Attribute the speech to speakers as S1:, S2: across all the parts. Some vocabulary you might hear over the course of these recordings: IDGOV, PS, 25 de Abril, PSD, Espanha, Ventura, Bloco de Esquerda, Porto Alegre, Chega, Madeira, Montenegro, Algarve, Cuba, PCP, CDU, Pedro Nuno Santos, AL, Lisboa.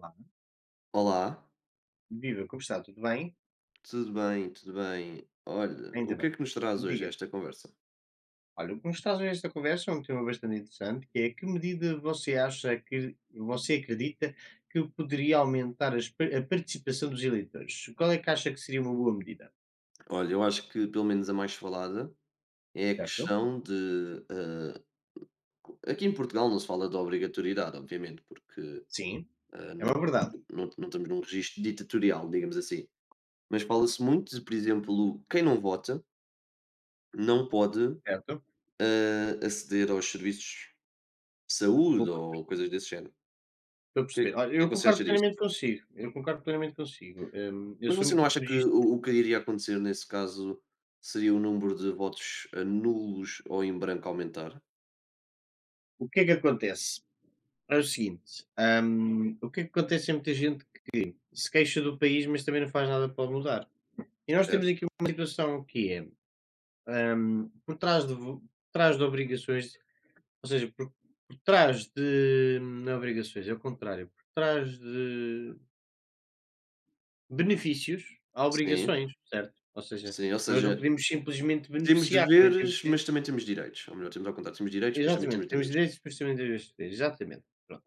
S1: Olá,
S2: Olá,
S1: viva, como está? Tudo bem?
S2: tudo bem, tudo bem. Olha, o
S1: Ainda
S2: que é
S1: bem.
S2: que nos traz hoje
S1: Diga.
S2: esta conversa?
S1: Olha, o que nos traz hoje esta conversa é um tema bastante interessante, que é que medida você acha que, você acredita que poderia aumentar as a participação dos eleitores? Qual é que acha que seria uma boa medida?
S2: Olha, eu acho que pelo menos a mais falada é a
S1: Certo?
S2: questão de, aqui em Portugal não se fala de obrigatoriedade, obviamente, porque
S1: Sim, é
S2: não,
S1: uma
S2: temos,
S1: verdade,
S2: não, não estamos num registro ditatorial, digamos assim. Mas fala-se muito de, por exemplo, quem não vota não pode
S1: certo?
S2: aceder aos serviços de saúde
S1: Público.
S2: ou coisas desse género.
S1: Estou a
S2: O que,
S1: perceber. Olha,
S2: o que é
S1: eu
S2: que você acha
S1: concordo
S2: disso?
S1: plenamente consigo, eu concordo plenamente consigo. Eu
S2: Mas
S1: sou
S2: você não
S1: muito
S2: acha que
S1: apologista.
S2: o que iria acontecer nesse caso seria o número de votos, nulos ou em branco aumentar?
S1: O que é que acontece? É o seguinte, o que é que acontece é muita gente que se queixa do país, mas também não faz nada para o mudar. E nós temos
S2: Certo.
S1: aqui uma situação que é, por trás de vo por trás de obrigações, ou seja, por trás de não é obrigações, é o contrário, por trás de benefícios, há
S2: Sim,
S1: obrigações, certo? Ou seja,
S2: sim, ou
S1: nós não
S2: seja,
S1: podemos simplesmente
S2: temos
S1: beneficiar, também temos
S2: deveres, mas
S1: de
S2: também temos direitos, ou melhor, temos ao contrário, temos direitos, mas também
S1: exatamente,
S2: temos
S1: temos
S2: deveres.
S1: direitos e depois também deveres de ter, exatamente, pronto.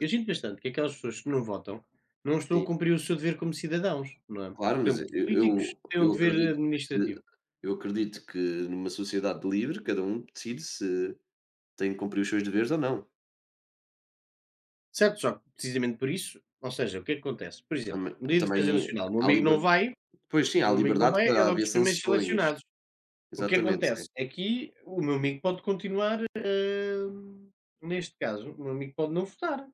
S1: Eu sinto bastante que aquelas pessoas que não votam, não estão a
S2: sim.
S1: cumprir o seu dever como cidadãos, não é? Por
S2: Claro, mas
S1: exemplo, os políticos têm um dever
S2: que
S1: administrativo.
S2: eu acredito que numa sociedade livre cada um decide se tem que cumprir os seus deveres ou não.
S1: Certo, só que precisamente por isso, ou seja, o que é que acontece? Por exemplo,
S2: Tamb
S1: no dia de defesa
S2: também
S1: nacional, o meu
S2: há
S1: amigo
S2: liber
S1: não vai,
S2: Pois sim,
S1: o
S2: há
S1: meu amigo não
S2: liberdade
S1: vai, é
S2: para
S1: logo
S2: haver
S1: dos primeiros
S2: sanções.
S1: selecionados. O que
S2: Exatamente, sim.
S1: acontece? Aqui o meu amigo pode continuar, neste caso, o meu amigo pode não votar,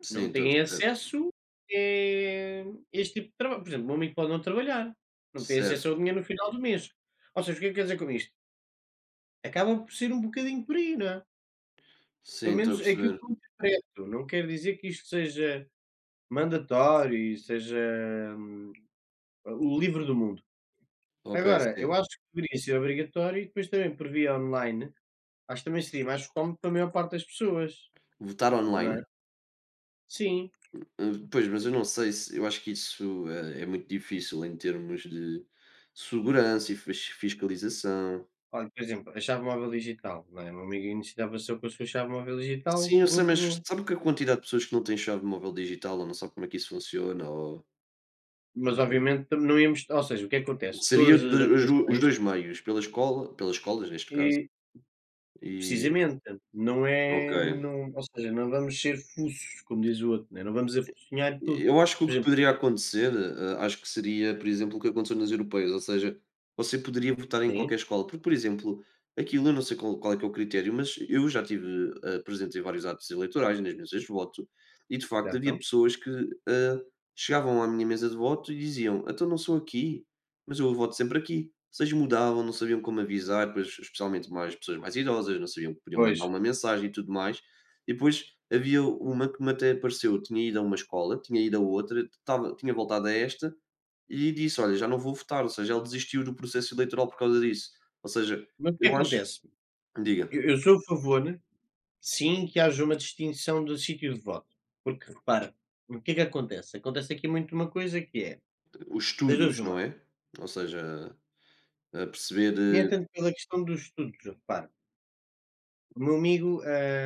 S2: Sim,
S1: não
S2: estou a
S1: tem
S2: perceber.
S1: acesso, a este tipo de trabalho. Por exemplo, o meu amigo pode não trabalhar, não tem acesso ao
S2: Certo,
S1: dinheiro no final do mês. Ou seja, o que é que quer dizer com isto? Acaba por ser um bocadinho por aí, não é?
S2: sim,
S1: Pelo
S2: estou a
S1: menos é aquilo
S2: perceber.
S1: que eu interpreto, não quer dizer que isto seja mandatório e seja, hum, o livro do mundo.
S2: Ok,
S1: Agora, eu
S2: sim.
S1: acho que deveria ser obrigatório e depois também por via online, acho que também seria mais cómodo para a maior parte das pessoas,
S2: Votar
S1: não
S2: online?
S1: é? Sim.
S2: Pois, mas eu não sei se eu acho que isso é muito difícil em termos de segurança e fiscalização.
S1: Olha, por exemplo, a chave móvel digital, não é? O meu amigo iniciava-se eu com a sua chave móvel digital,
S2: Sim, eu sei,
S1: pegou,
S2: mas
S1: pegou.
S2: sabe que a quantidade de pessoas que não têm chave móvel digital ou não sabe como é que isso funciona? Ou.
S1: Mas
S2: eh,
S1: obviamente tam não íamos ou seja, o que é que acontece?
S2: Seria
S1: Todas as
S2: de- os, do- os
S1: adaptações
S2: dois meios, pelas escolas neste caso,
S1: e
S2: e
S1: precisamente, não
S2: ok.
S1: é não ou seja, não vamos ser fuços, como diz o outro, né, não vamos afocinhar tudo.
S2: Eu acho que o
S1: Por
S2: que
S1: exemplo,
S2: poderia acontecer, acho que seria, por exemplo, o que aconteceu nas europeias, ou seja, você poderia votar em
S1: sim,
S2: qualquer escola, porque, por exemplo, aquilo eu não sei qual é que é o critério, mas eu já tive presente em vários atos eleitorais, nas mesas de voto, e de facto havia
S1: certo.
S2: pessoas que eh, chegavam à minha mesa de voto e diziam: Então não sou aqui, mas eu voto sempre aqui. Vocês mudavam, não sabiam como avisar, pois, especialmente mais pessoas mais idosas, não sabiam que podiam
S1: Pois,
S2: mandar uma mensagem e tudo mais. E depois havia uma que me até apareceu, tinha ido a uma escola, tinha ido a outra, tinha voltado a esta e disse: Olha, já não vou votar. Ou seja, ele desistiu do processo eleitoral por causa disso. Ou seja,
S1: mas o que
S2: eu acho,
S1: acontece?
S2: diga,
S1: Eu sou a favor, sim, que haja uma distinção do sítio de voto, porque repara, o que é que acontece? Acontece aqui muito uma coisa que é,
S2: os
S1: das
S2: estudos,
S1: 2
S2: não
S1: uma,
S2: é? Ou seja, a
S1: nem é
S2: perceber,
S1: tanto
S2: eh,
S1: pela questão dos estudos, repara, o meu amigo,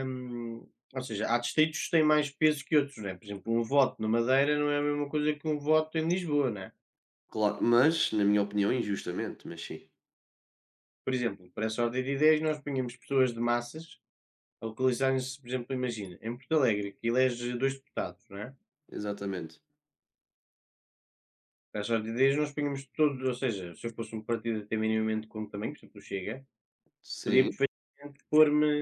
S1: ou seja, há distritos que têm mais peso que outros, né, por exemplo, um voto na Madeira não é a mesma coisa que um voto em Lisboa, né.
S2: claro, mas, na minha opinião, injustamente, mas sim,
S1: Por exemplo, por essa ordem de ideias nós punhamos pessoas de massas a localizarem-se, por exemplo, imagina, em Porto Alegre, que elege 2 deputados, né.
S2: exatamente.
S1: As ideias nós punhamos todos, ou seja, se eu fosse um partido até minimamente como também, por exemplo, o Chega, podia
S2: Sim,
S1: perfeitamente pôr-me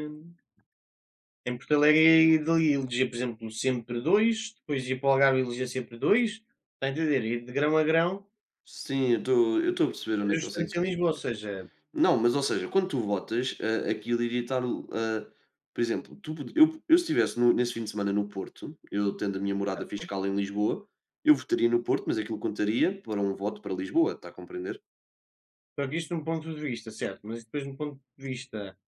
S1: em Porto Alegre e dali eleger, por exemplo, sempre 2, depois ia para o Algarve e elegia sempre 2, está a entender? E de grão a grão,
S2: sim, eu estou a perceber onde é que
S1: ajustando
S2: você.
S1: em Lisboa, ou seja,
S2: Não, mas ou seja, quando tu votas, aquilo iria estar, por exemplo, tu pod eu se estivesse no nesse fim de semana no Porto, eu tendo a minha morada
S1: certo?
S2: fiscal em Lisboa, eu votaria no Porto, mas aquilo contaria para um voto para Lisboa, está a compreender?
S1: Só que isto de um ponto de vista, certo, mas depois de um ponto de vista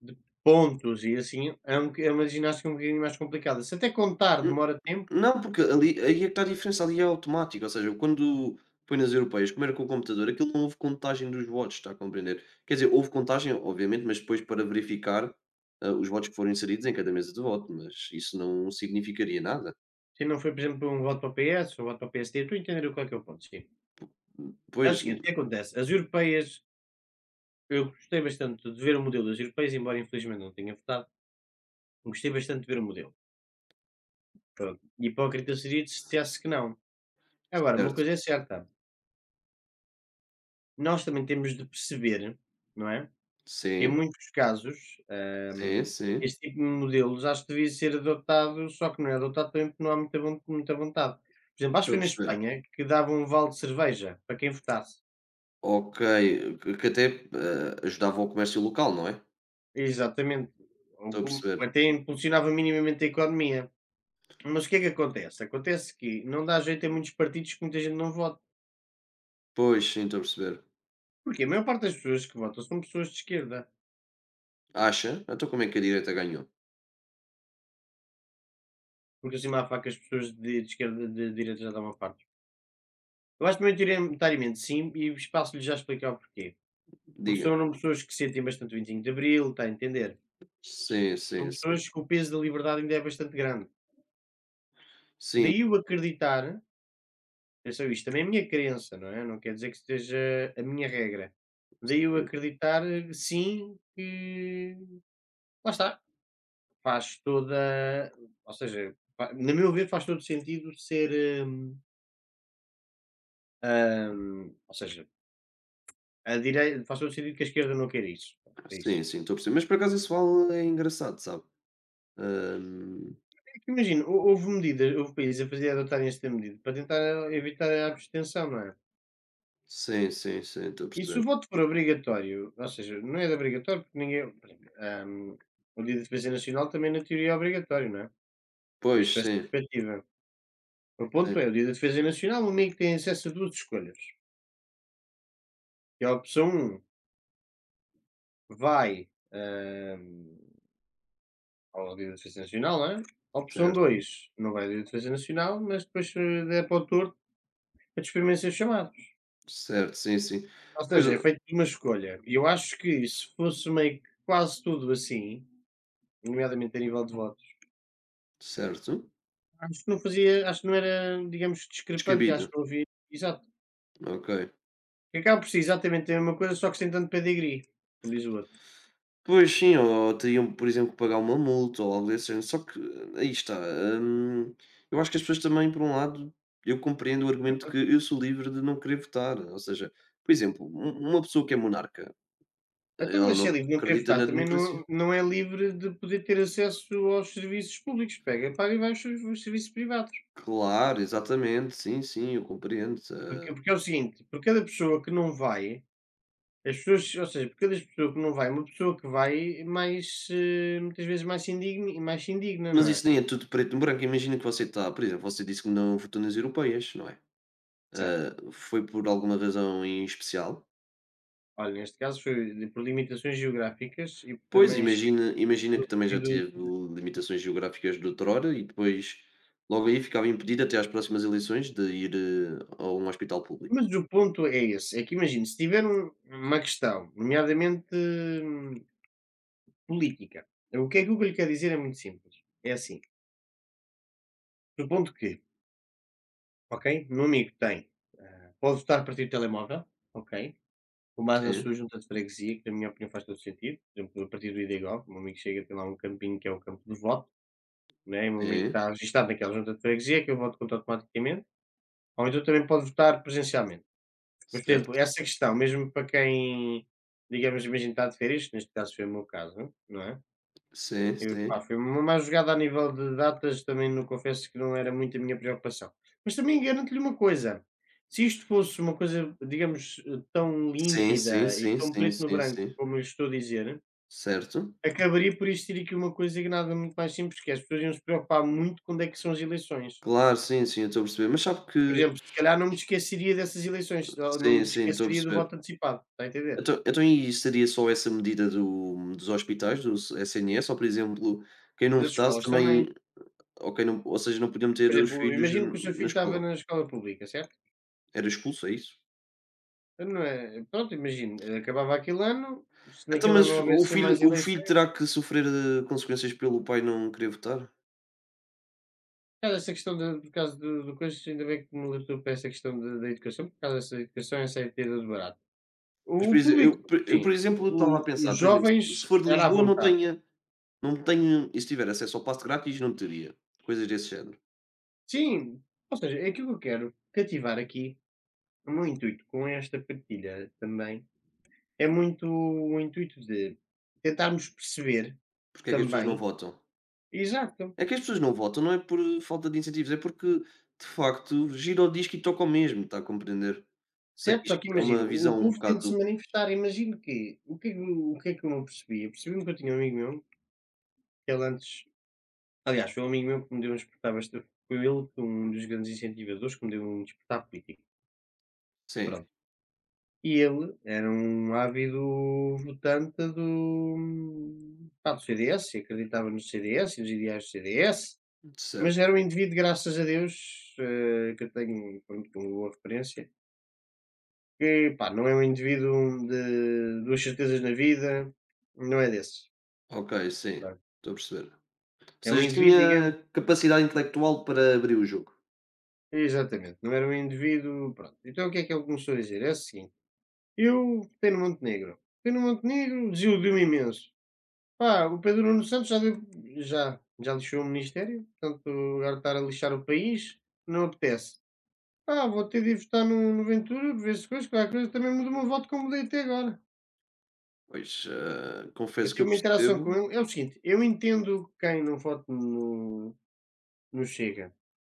S1: de pontos e assim, é, um, é uma ginástica um bocadinho mais complicada. Se até contar
S2: N
S1: demora tempo,
S2: não, porque ali aí é que está a diferença, ali é automático, ou seja, eu quando foi nas europeias, como era com o computador, aquilo não houve contagem dos votos, está a compreender? Quer dizer, houve contagem, obviamente, mas depois para verificar, os votos que foram inseridos em cada mesa de voto, mas isso não significaria nada.
S1: se não foi, por exemplo, um voto para o PS, um voto para o PSD, estou a entender qual é que é o ponto, sim. É o
S2: Pois.
S1: seguinte, o que acontece? As europeias, eu gostei bastante de ver o modelo das europeias, embora infelizmente não tenha votado, gostei bastante de ver o modelo. Pronto. Hipócrita seria se dissesse que não. Agora, uma
S2: Certo.
S1: coisa é certa, nós também temos de perceber, não é? Que em
S2: Sim,
S1: muitos casos,
S2: sim,
S1: hum,
S2: sim.
S1: este tipo de modelos acho que devia ser adotado, só que não é adotado também porque não há muita, muita vontade. Por exemplo, acho que
S2: Estou
S1: foi
S2: a
S1: na
S2: perceber.
S1: Espanha que dava um vale de cerveja para quem votasse.
S2: Ok, que até, ajudava o comércio local, não é?
S1: Exatamente. O-
S2: Estou a perceber.
S1: Até impulsionava minimamente a economia. Mas o que é que acontece? Acontece que não dá jeito em muitos partidos que muita gente não vota.
S2: Pois, sim, estou a perceber.
S1: Porque a maior parte das pessoas que votam são pessoas de esquerda.
S2: Acha? Então como é que a direita ganhou?
S1: Porque assim há faca as pessoas de esquerda de direita já dão uma parte. Eu acho maioritariamente sim, e espaço-lhe já a explicar o porquê. Porque
S2: Diga.
S1: são pessoas que sentem bastante o 25 de Abril, está a entender?
S2: Sim,
S1: São
S2: sim, sim.
S1: pessoas que o peso da liberdade ainda é bastante grande.
S2: Sim,
S1: Daí eu acreditar, atenção, isto também é a minha crença, não é? Não quer dizer que esteja a minha regra. Daí eu
S2: sim.
S1: acreditar, sim, que lá está, faz toda ou seja, fa no meu ver faz todo sentido ser, ou seja, a direita faz todo sentido que a esquerda não queira isso.
S2: Sim, estou a perceber. Mas por acaso isso vale é engraçado, sabe? Hum,
S1: É que imagina, houve medidas houve países a fazer adotarem esta medida para tentar evitar a abstenção, não é?
S2: sim, sim, sim, estou a
S1: E se
S2: perceber.
S1: o voto for obrigatório, ou seja, não é obrigatório porque ninguém, por exemplo, hum, o dia da defesa nacional também na teoria é obrigatório, não é?
S2: Pois,
S1: Visto essa
S2: sim,
S1: perspectiva. O
S2: sim,
S1: ponto é, o dia da defesa nacional o amigo tem acesso a 2 escolhas, que é a opção um. Vai, ao Dia da Defesa Nacional, não é? Opção
S2: certo.
S1: 2, não vai ao Dia da Defesa Nacional, mas depois se der para o torto, a despedimento sem chamados.
S2: Certo, sim, sim.
S1: Ou
S2: Pois,
S1: seja, é feito uma escolha. E eu acho que se fosse meio que quase tudo assim, nomeadamente a nível de votos,
S2: certo.
S1: acho que não fazia, acho que não era, digamos, discrepante, acho
S2: Descabido,
S1: que não havia, exato.
S2: ok.
S1: Acaba por ser exatamente a mesma coisa, só que sem tanto pedigree, como diz o outro.
S2: Pois sim, ou teriam, por exemplo, que pagar uma multa ou algo desse género. Só que aí está. hum, eu acho que as pessoas também, por um lado, eu compreendo o argumento que eu sou livre de não querer votar. Ou seja, por exemplo, uma pessoa que é monarca,
S1: Então,
S2: ela
S1: mas se é
S2: não
S1: livre, não querer
S2: acredita
S1: votar,
S2: na
S1: também
S2: democracia.
S1: não, não é livre de poder ter acesso aos serviços públicos. Pega, paga e vai aos, aos serviços privados.
S2: Claro, exatamente, sim, sim, eu compreendo.
S1: Porque, porque é o seguinte, por cada pessoa que não vai, as pessoas, ou seja, por cada pessoa que não vai, uma pessoa que vai, mais, muitas vezes mais se indigna,
S2: Mas
S1: não é?
S2: isso nem é tudo preto no branco. Imagina que você está, por exemplo, você disse que não votou nas europeias, não é?
S1: Certo?
S2: Foi por alguma razão em especial?
S1: Olha, neste caso foi por limitações geográficas e por
S2: Pois,
S1: também esquece
S2: imagina que
S1: do
S2: também já
S1: pedido.
S2: teve limitações geográficas de outrora e depois logo aí ficava impedido até às próximas eleições de ir, a um hospital público.
S1: Mas o ponto é esse, é que imagino, se tiver uma questão, nomeadamente política. O que é que o que eu lhe quero dizer é muito simples. É assim, supondo que, ok, um amigo tem, ah, pode votar a partir do telemóvel, ok, com base na
S2: Sim,
S1: sua junta de freguesia, que na minha opinião faz todo sentido, por exemplo, a partir do IDGOV, o meu amigo chega, tem lá um campinho que é o campo de voto, né, e o meu amigo
S2: sim,
S1: está registado naquela junta de freguesia, que eu voto contra automaticamente, ou então também pode votar presencialmente. Mas, por exemplo,
S2: certo.
S1: essa questão, mesmo para quem, digamos, imagina está de férias, neste caso foi o meu caso, não é?
S2: Sim,
S1: Eu,
S2: sim.
S1: pá, foi uma má jogada a nível de datas, também não confesso que não era muito a minha preocupação. Mas também garanto-lhe uma coisa, se isto fosse uma coisa, digamos, tão
S2: Sim, sim,
S1: límpida e
S2: sim,
S1: tão
S2: sim,
S1: preto no
S2: sim,
S1: branco
S2: sim.
S1: como eu estou a dizer,
S2: Certo.
S1: acabaria por existir aqui uma coisa que nada muito mais simples, que é as pessoas iam se preocupar muito quando é que são as eleições.
S2: Claro, sim, sim, eu estou a perceber, mas sabe que
S1: Por exemplo, se calhar não me esqueceria dessas eleições, ou não
S2: sim,
S1: me
S2: sim, estou a
S1: esqueceria do
S2: perceber.
S1: voto antecipado, está a entender?
S2: Então e seria só essa medida do dos hospitais, do SNS ou, por exemplo, quem não
S1: Das
S2: votasse
S1: escolas também.
S2: também ou quem não ou seja, não podiam
S1: Por
S2: ter os
S1: exemplo,
S2: filhos
S1: imagino
S2: n
S1: que o seu
S2: na
S1: filho estava
S2: escola?
S1: na escola pública, certo?
S2: Era expulso, é isso?
S1: Então, não é? Pronto, imagino, acabava aquele ano, se
S2: Então,
S1: naquele ano não
S2: mas
S1: houvesse mais
S2: o filho
S1: eleições,
S2: terá que sofrer, consequências pelo pai não querer votar?
S1: por causa dessa questão de, por causa do, do coisa, ainda bem que me alertou para essa questão da da educação, por causa dessa educação, essa ideia de barato.
S2: Mas, por
S1: O
S2: exemplo
S1: público,
S2: eu,
S1: sim,
S2: por exemplo, eu estava a pensar,
S1: os
S2: por exemplo, se
S1: jovens
S2: for de
S1: era à
S2: Lisboa não
S1: vontade.
S2: tenha e se tiver acesso ao passe grátis não teria, coisas desse género.
S1: Sim, ou seja, é aquilo que eu quero cativar aqui, o meu intuito com esta partilha também, é muito o intuito de tentarmos perceber
S2: Porque é que as pessoas não
S1: também,
S2: votam?
S1: exato.
S2: É que as pessoas não votam não é por falta de incentivos, é porque, de facto, gira o disco e toca o mesmo, está a compreender? Sei que
S1: Certo, só
S2: isto
S1: que
S2: é
S1: imagino,
S2: uma
S1: o
S2: visão um
S1: povo tem de se
S2: bocado
S1: manifestar, imagino que o que é que o que é que eu não percebi? Eu percebi-me que eu tinha um amigo meu, que ele antes aliás, foi um amigo meu que me deu um despertar bastante foi ele que um dos grandes incentivadores que me deu um despertar político,
S2: sim,
S1: pronto. E ele era um ávido votante do pá, do CDS e acreditava no CDS e nos ideais do CDS, mas
S2: certo.
S1: era um indivíduo, graças a Deus, que eu tenho, pronto, como boa referência. Que, pá, não é um indivíduo de 2 certezas na vida, não é desses,
S2: Ok, sim,
S1: pronto.
S2: estou a perceber. Ou
S1: É um
S2: seja,
S1: indivíduo, digamos
S2: tinha capacidade intelectual para abrir o jogo.
S1: exatamente, não era um indivíduo pronto. Então o que é que ele começou a dizer? É o seguinte: "Eu votei no Montenegro, desiludiu-me imenso. Pá, o Pedro Nuno Santos já deu já lixou o ministério, portanto agora estar a lixar o país, não apetece. Ah, vou ter de ir votar no Ventura, ver se coisa, qualquer coisa também mudo o meu voto como mudei até agora".
S2: Pois,
S1: Eu
S2: confesso que eu
S1: tive uma interação com
S2: percebo.
S1: ele. É o seguinte, eu entendo quem não vote no Chega.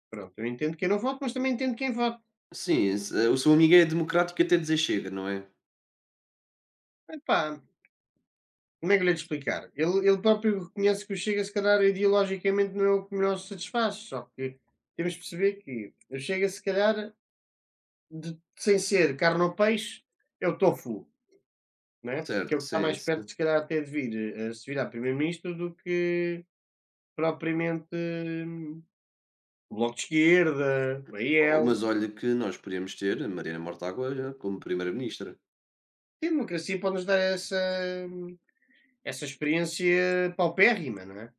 S1: Pronto, eu entendo quem não vote, mas também entendo quem vote.
S2: Sim, o seu amigo é democrático até dizer chega, não é?
S1: Epá, como é que eu lhe hei de explicar? Ele próprio reconhece que o Chega, se calhar, ideologicamente não é o que melhor se satisfaz. Só que temos de perceber que o Chega, se calhar, sem ser carne ou peixe, é o tofu, né?
S2: Certo,
S1: Porque é o que está
S2: sim,
S1: mais perto,
S2: sim.
S1: se calhar, até de vir a se virar primeiro-ministro do que propriamente o Bloco de Esquerda, o
S2: Oh,
S1: AL.
S2: mas olha que nós podíamos ter a Mariana Mortágua já como primeira-ministra.
S1: Sim, a democracia pode-nos dar essa experiência paupérrima, não é?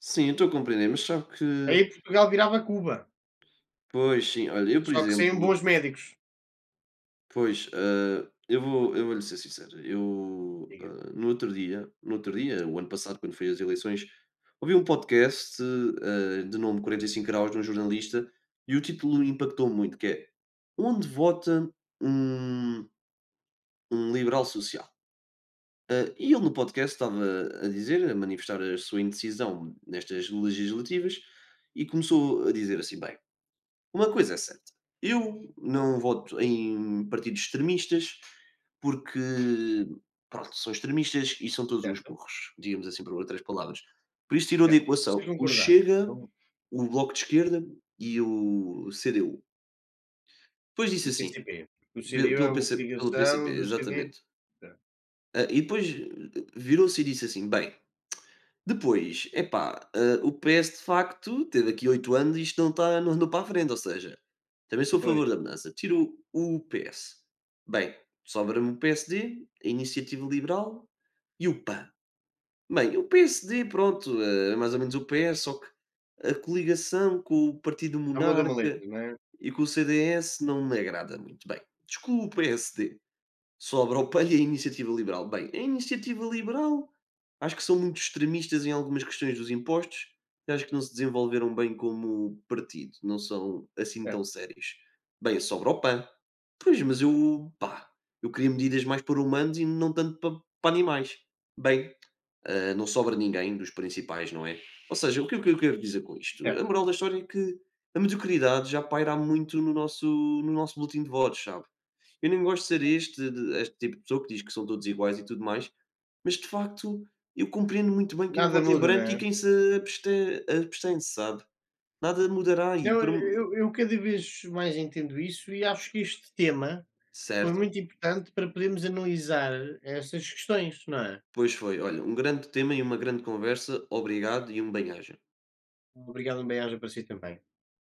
S2: Sim, eu estou a compreender, mas sabe que
S1: Aí Portugal virava Cuba,
S2: pois sim, olha, eu por
S1: só que sem
S2: exemplo.
S1: bons médicos.
S2: Pois, eu vou-lhe ser sincero, eu,
S1: Diga,
S2: no outro dia, o ano passado, quando foi as eleições, ouvi um podcast, de nome "45 graus", de um jornalista, e o título impactou muito, que é: "Onde vota um um liberal social?". E ele no podcast estava a dizer, a manifestar a sua indecisão nestas legislativas, e começou a dizer assim: "Bem, uma coisa é certa, eu não voto em partidos extremistas, porque, pronto, são extremistas e são todos uns
S1: certo?
S2: burros, digamos assim, por outras palavras. Por isso tirou da
S1: Certo. Vocês
S2: equação o
S1: concordar?
S2: Chega,
S1: Com
S2: o Bloco de Esquerda e o CDU. Depois
S1: e
S2: disse
S1: o
S2: assim,
S1: PCP. O
S2: pe
S1: CDU é
S2: pelo
S1: uma
S2: PC pelo
S1: coligação
S2: PCP,
S1: do CD
S2: exatamente.
S1: certo.
S2: Ah, e depois virou-se e disse assim: "Bem, Depois, epá, o PS de facto teve aqui 8 anos e isto não está, não andou para a frente, ou seja, também sou a
S1: Pois,
S2: favor da mudança. Tiro o PS. Bem, sobra-me o PSD, a Iniciativa Liberal e o PAN. Bem, o PSD pronto, é mais ou menos o PS, só que a coligação com o Partido
S1: só muda uma letra,
S2: Monarca
S1: não é?
S2: e com o CDS não me agrada muito. Bem, excluo o PSD, sobra o PAN e a Iniciativa Liberal. Bem, a Iniciativa Liberal. Acho que são muito extremistas em algumas questões dos impostos e acho que não se desenvolveram bem como partido, não são assim tão
S1: Certo,
S2: sérios. Bem, sobra o PAN. Pois, mas eu, pá, eu queria medidas mais para humanos e não tanto pa para animais. Bem, não sobra ninguém dos principais, não é? Ou seja, o que é que eu quero dizer com isto? A
S1: certo.
S2: moral da história é que a mediocridade já paira há muito no nosso boletim de votos, sabe? Eu nem gosto de ser este tipo de pessoa que diz que são todos iguais e tudo mais, mas de facto, eu compreendo muito bem quem
S1: Nada
S2: vota em
S1: muda, não
S2: branco e
S1: é?
S2: quem se abste abstém, sabe? Nada mudará e
S1: Eu
S2: por mu
S1: eu eu cada vez mais entendo isso e acho que este tema foi
S2: certo?
S1: muito importante para podermos analisar essas questões, não é?
S2: Pois foi. Olha, um grande tema e uma grande conversa. Obrigado e um bem-aja.
S1: Obrigado, um bem-aja para si também.